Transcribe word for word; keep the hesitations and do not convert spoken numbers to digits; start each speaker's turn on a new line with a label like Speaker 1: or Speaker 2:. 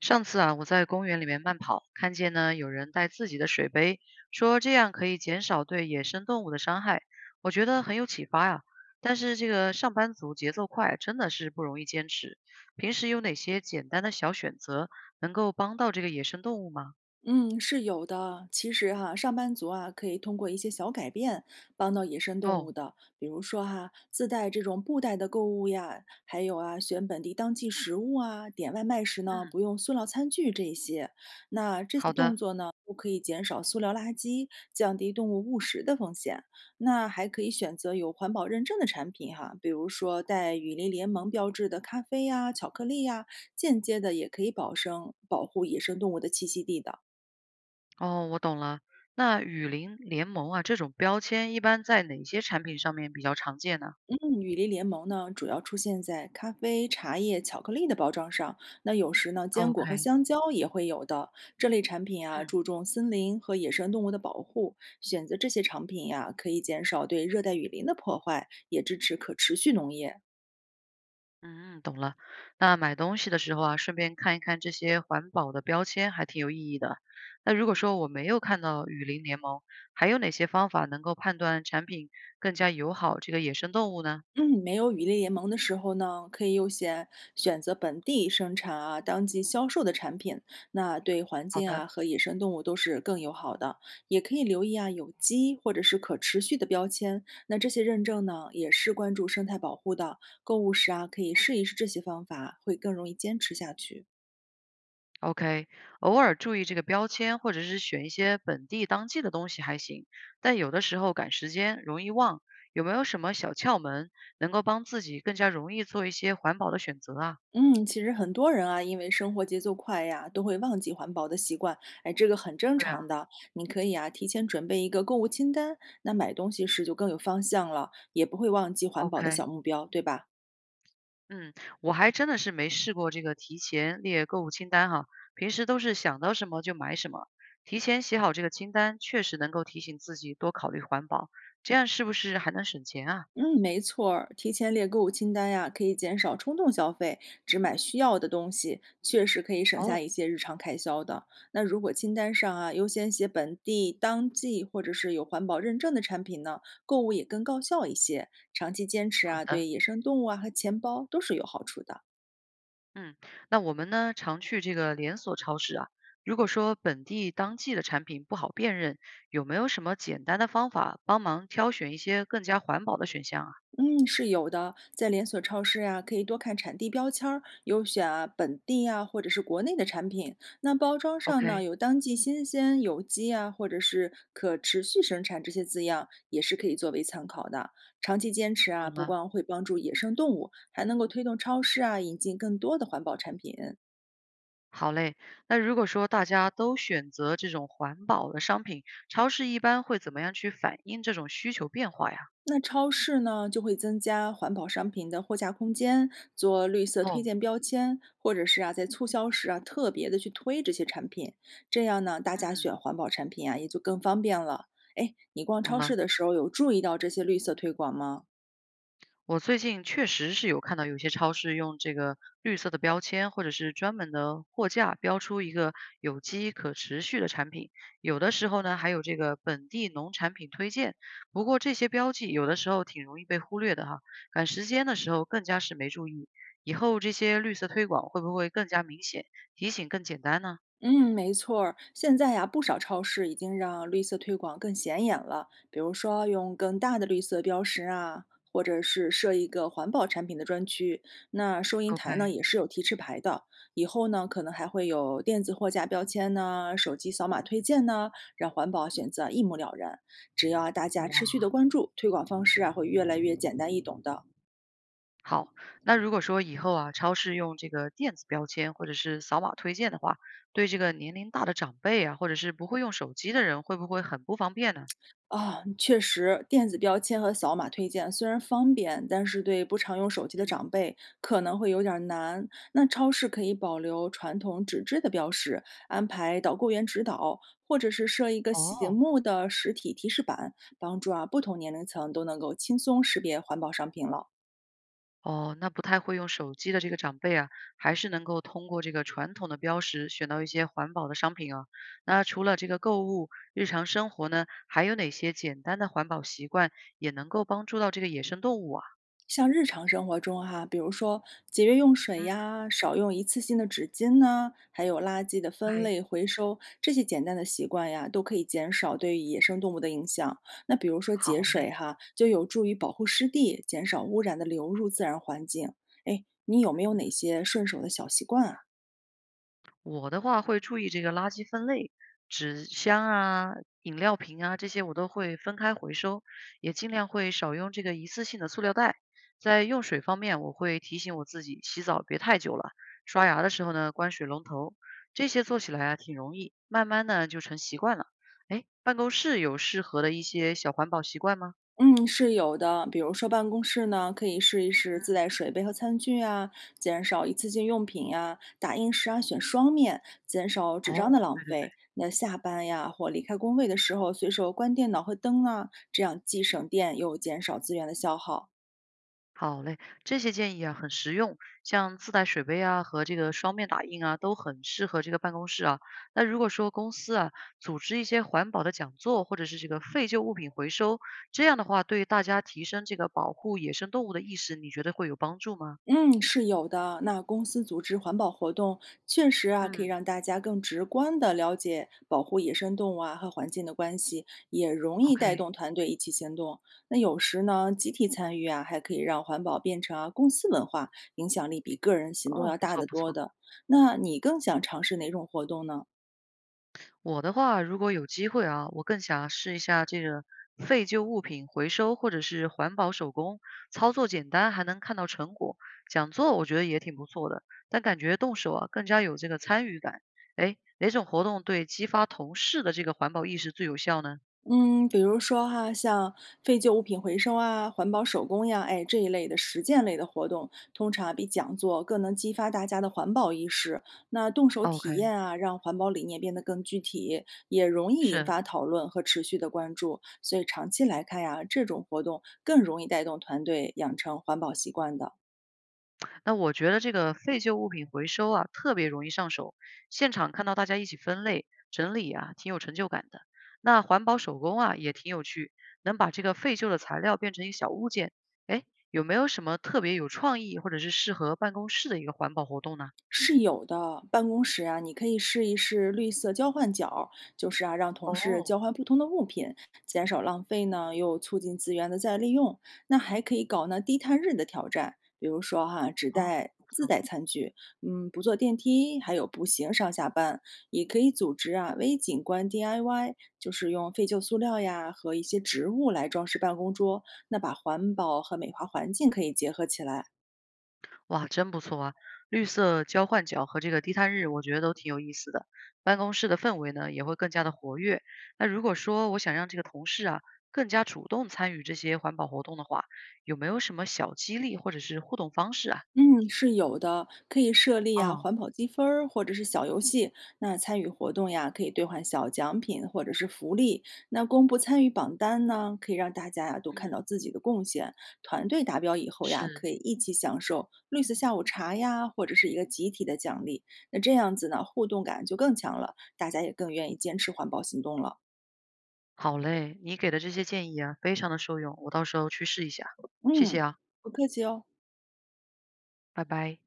Speaker 1: 上次啊，我在公园里面慢跑，看见呢有人带自己的水杯，说这样可以减少对野生动物的伤害，我觉得很有启发呀。但是这个上班族节奏快，真的是不容易坚持。平时有哪些简单的小选择能够帮到这个野生动物吗？
Speaker 2: 嗯，是有的。其实哈、上班族啊，可以通过一些小改变帮到野生动物
Speaker 1: 哦，
Speaker 2: 的，比如说哈、自带这种布袋的购物呀，还有啊，选本地当季食物啊，点外卖时呢，
Speaker 1: 嗯，
Speaker 2: 不用塑料餐具这些。那这些
Speaker 1: 好
Speaker 2: 动
Speaker 1: 的，
Speaker 2: 作呢，都可以减少塑料垃圾，降低动物误食的风险。那还可以选择有环保认证的产品哈、比如说带雨林联盟标志的咖啡呀、巧克力呀，间接的也可以保生保护野生动物的栖息地的。
Speaker 1: 哦，我懂了。那雨林联盟啊，这种标签一般在哪些产品上面比较常见呢
Speaker 2: 嗯，雨林联盟呢，主要出现在咖啡、茶叶、巧克力的包装上。那有时呢，坚果和
Speaker 1: ？OK，
Speaker 2: 香蕉也会有的。这类产品啊，
Speaker 1: 嗯。
Speaker 2: 注重森林和野生动物的保护。选择这些产品呀、可以减少对热带雨林的破坏，也支持可持续农业。
Speaker 1: 嗯，懂了。那买东西的时候啊，顺便看一看这些环保的标签，还挺有意义的。那如果说我没有看到雨林联盟，还有哪些方法能够判断产品更加友好这个野生动物呢？
Speaker 2: 嗯，没有羽猎联盟的时候呢，可以优先选择本地生产啊、当季销售的产品，那对环
Speaker 1: 好
Speaker 2: 境
Speaker 1: 的
Speaker 2: 啊和野生动物都是更友好的。也可以留意啊有机或者是可持续的标签，那这些认证呢也是关注生态保护的。购物时啊可以试一试这些方法，会更容易坚持下去。
Speaker 1: ，OK，偶尔注意这个标签，或者是选一些本地当季的东西还行，但有的时候赶时间容易忘。有没有什么小窍门能够帮自己更加容易做一些环保的选择啊？
Speaker 2: 嗯，其实很多人啊，因为生活节奏快呀，都会忘记环保的习惯，哎，这个很正
Speaker 1: 对
Speaker 2: 常
Speaker 1: 啊
Speaker 2: 的。你可以啊，提前准备一个购物清单，那买东西时就更有方向了，也不会忘记环保的小
Speaker 1: ，OK。
Speaker 2: 目标，对吧？
Speaker 1: 嗯，我还真的是没试过这个提前列购物清单哈，平时都是想到什么就买什么。提前写好这个清单，确实能够提醒自己多考虑环保，这样是不是还能省钱啊？
Speaker 2: 嗯，没错儿，提前列购物清单呀，可以减少冲动消费，只买需要的东西，确实可以省下
Speaker 1: 哦，
Speaker 2: 一些日常开销的。那如果清单上啊，优先写本地、当季或者是有环保认证的产品呢，购物也更高效一些。长期坚持
Speaker 1: 好
Speaker 2: 啊，对
Speaker 1: 的，
Speaker 2: 野生动物啊和钱包都是有好处的。
Speaker 1: 嗯，那我们呢，常去这个连锁超市啊，如果说本地当季的产品不好辨认，有没有什么简单的方法帮忙挑选一些更加环保的选项啊
Speaker 2: 嗯，是有的，在连锁超市呀、可以多看产地标签儿，优选啊本地啊或者是国内的产品。那包装上呢，
Speaker 1: ？OK，
Speaker 2: 有当季新鲜、有机啊，或者是可持续生产这些字样，也是可以作为参考的。长期坚持啊，
Speaker 1: 懂
Speaker 2: 不
Speaker 1: 了。
Speaker 2: 光会帮助野生动物，还能够推动超市啊引进更多的环保产品。
Speaker 1: 好嘞，那如果说大家都选择这种环保的商品，超市一般会怎么样去反映这种需求变化呀？
Speaker 2: 那超市呢，就会增加环保商品的货架空间，做绿色推
Speaker 1: 哦，
Speaker 2: 荐标签，或者是啊，在促销时啊，特别的去推这些产品，这样呢，大家选
Speaker 1: 嗯，
Speaker 2: 环保产品啊，也就更方便了。哎，你逛
Speaker 1: 懂
Speaker 2: 超市
Speaker 1: 了。
Speaker 2: 的时候有注意到这些绿色推广吗？
Speaker 1: 我最近确实是有看到有些超市用这个绿色的标签，或者是专门的货架标出一个有机可持续的产品，有的时候呢还有这个本地农产品推荐。不过这些标记有的时候挺容易被忽略的哈，赶时间的时候更加是没注意。以后这些绿色推广会不会更加明显，提醒更简单呢
Speaker 2: 嗯，没错儿。现在呀，不少超市已经让绿色推广更显眼了，比如说用更大的绿色标识啊，或者是设一个环保产品的专区。那收银台呢，
Speaker 1: ？OK，
Speaker 2: 也是有提示牌的。以后呢，可能还会有电子货架标签呢、手机扫码推荐呢，让环保选择一目了然。只要啊大家持续
Speaker 1: 哇。
Speaker 2: 的关注，推广方式啊，会越来越简单易懂的。
Speaker 1: 好，那如果说以后啊，超市用这个电子标签或者是扫码推荐的话，对这个年龄大的长辈啊，或者是不会用手机的人，会不会很不方便呢？
Speaker 2: 啊，确实，电子标签和扫码推荐虽然方便，但是对不常用手机的
Speaker 1: 嗯，
Speaker 2: 长辈可能会有点儿难。那超市可以保留传统纸质的标识，安排导购员指导，或者是设一个醒
Speaker 1: 哦
Speaker 2: 目的实体提示板，帮助啊不同年龄层都能够轻松识别环保商品了。
Speaker 1: 哦，那不太会用手机的这个长辈啊，还是能够通过这个传统的标识选到一些环保的商品啊。那除了这个购物，日常生活呢，还有哪些简单的环保习惯也能够帮助到这个野生动物啊？
Speaker 2: 像日常生活中哈，比如说节约用水
Speaker 1: 嗯
Speaker 2: 呀，少用一次性的纸巾呐，还有垃圾的分
Speaker 1: ，OK，
Speaker 2: 类回收，这些简单的习惯呀，都可以减少对野生动物的影响。那比如说节
Speaker 1: 好
Speaker 2: 水
Speaker 1: 嘞。
Speaker 2: 哈，就有助于保护湿地，减少污染的流入自然环境。哎，你有没有
Speaker 1: 嗯。
Speaker 2: 哪些顺手的小习惯啊？
Speaker 1: 我的话会注意这个垃圾分类，纸箱啊、饮料瓶啊这些我都会分开回收，也尽量会少用这个一次性的塑料袋。在用水方面，我会提醒我自己洗澡别太久了，刷牙的时候呢关水龙头，这些做起来啊挺容易，慢慢呢就成习惯了。哎，办公室有适合的一些小环保习惯吗？
Speaker 2: 嗯，是有的。比如说办公室呢，可以试一试自
Speaker 1: 嗯，
Speaker 2: 带水杯和餐具啊，减少一次性用品呀、打印时啊选双面，减少纸张的
Speaker 1: 哦。
Speaker 2: 浪费。那下班呀或离开工位的时候，随手关电脑和灯啊，这样既省电又减少资源的消耗。
Speaker 1: 好嘞，这些建议啊很实用，像自带水杯啊和这个双面打印啊都很适合这个办公室啊。那如果说公司啊组织一些环保的讲座，或者是这个废旧物品回收，这样的话对大家提升这个保护野生动物的意识，你觉得会有帮助吗？
Speaker 2: 嗯，是有的。那公司组织环保活动，确实啊，可以
Speaker 1: 嗯
Speaker 2: 让大家更直观的了解保护野生动物啊和环境的关系，也容易带
Speaker 1: ，OK，
Speaker 2: 动团队一起行动。那有时呢，集体参与啊，还可以让环保变成啊公司文化，影响力比个人行动
Speaker 1: 哦，
Speaker 2: 要
Speaker 1: 不
Speaker 2: 大
Speaker 1: 错
Speaker 2: 得
Speaker 1: 不
Speaker 2: 多
Speaker 1: 错。
Speaker 2: 的。那你更想尝试哪种活动呢？
Speaker 1: 我的话，如果有机会啊，我更想试一下这个废旧物品回收或者是环保手工，操作简单，还能看到成果。讲座我觉得也挺不错的，但感觉动手啊更加有这个参与感。哎，哪种活动对激发同事的这个环保意识最有效呢
Speaker 2: 嗯，比如说哈，像废旧物品回收啊、环保手工呀，哎，这一类的实践类的活动，通常比讲座更能激发大家的环保意识。那动手体验
Speaker 1: ？OK，
Speaker 2: 啊，让环保理念变得更具体，也容易引
Speaker 1: 是。
Speaker 2: 发讨论和持续的关注。所以长期来看呀，这种活动更容易带动团队养成环保习惯的。
Speaker 1: 那我觉得这个废旧物品回收啊，特别容易上手。现场看到大家一起分类整理啊，挺有成就感的。那环保手工啊，也挺有趣，能把这个废旧的材料变成一个小物件。哎，有没有什么特别有创意或者是适合办公室的一个环保活动呢？
Speaker 2: 是有的，办公室啊，你可以试一试绿色交换角，就是啊，让同事
Speaker 1: 哦，
Speaker 2: 交换不同的物品，减少浪费呢，又促进资源的再利用。那还可以搞呢低碳日的挑战，比如说哈、只
Speaker 1: 哦，
Speaker 2: 带
Speaker 1: 不
Speaker 2: 自
Speaker 1: 错。
Speaker 2: 带餐具，嗯，不坐电梯，还有步行上下班。也可以组织啊微景观 D I Y，就是用废旧塑料呀和一些植物来装饰办公桌，那把环保和美化环境可以结合起来。
Speaker 1: 哇，真不错啊！绿色交换角和这个低碳日，我觉得都挺有意思的。办公室的氛围呢，也会更加的活跃。那如果说我想让这个同事啊更加主动参与这些环保活动的话，有没有什么小激励或者是互动方式啊？
Speaker 2: 嗯，是有的，可以设立啊
Speaker 1: 哦，
Speaker 2: 环保积分儿或者是小游戏。那参与活动呀，可以兑换小奖品或者是福利。那公布参与榜单呢，可以让大家呀都看到
Speaker 1: 嗯，
Speaker 2: 自己的贡献。团队达标以后呀，
Speaker 1: 是，
Speaker 2: 可以一起享受绿色下午茶呀，或者是一个集体的奖励。那这样子呢，互动感就更强了，大家也更愿意坚持环保行动了。
Speaker 1: 好嘞，你给的这些建议啊，非常的受用，我到时候去试一下。谢谢
Speaker 2: 嗯，
Speaker 1: 啊，
Speaker 2: 不客气哦。
Speaker 1: 拜拜。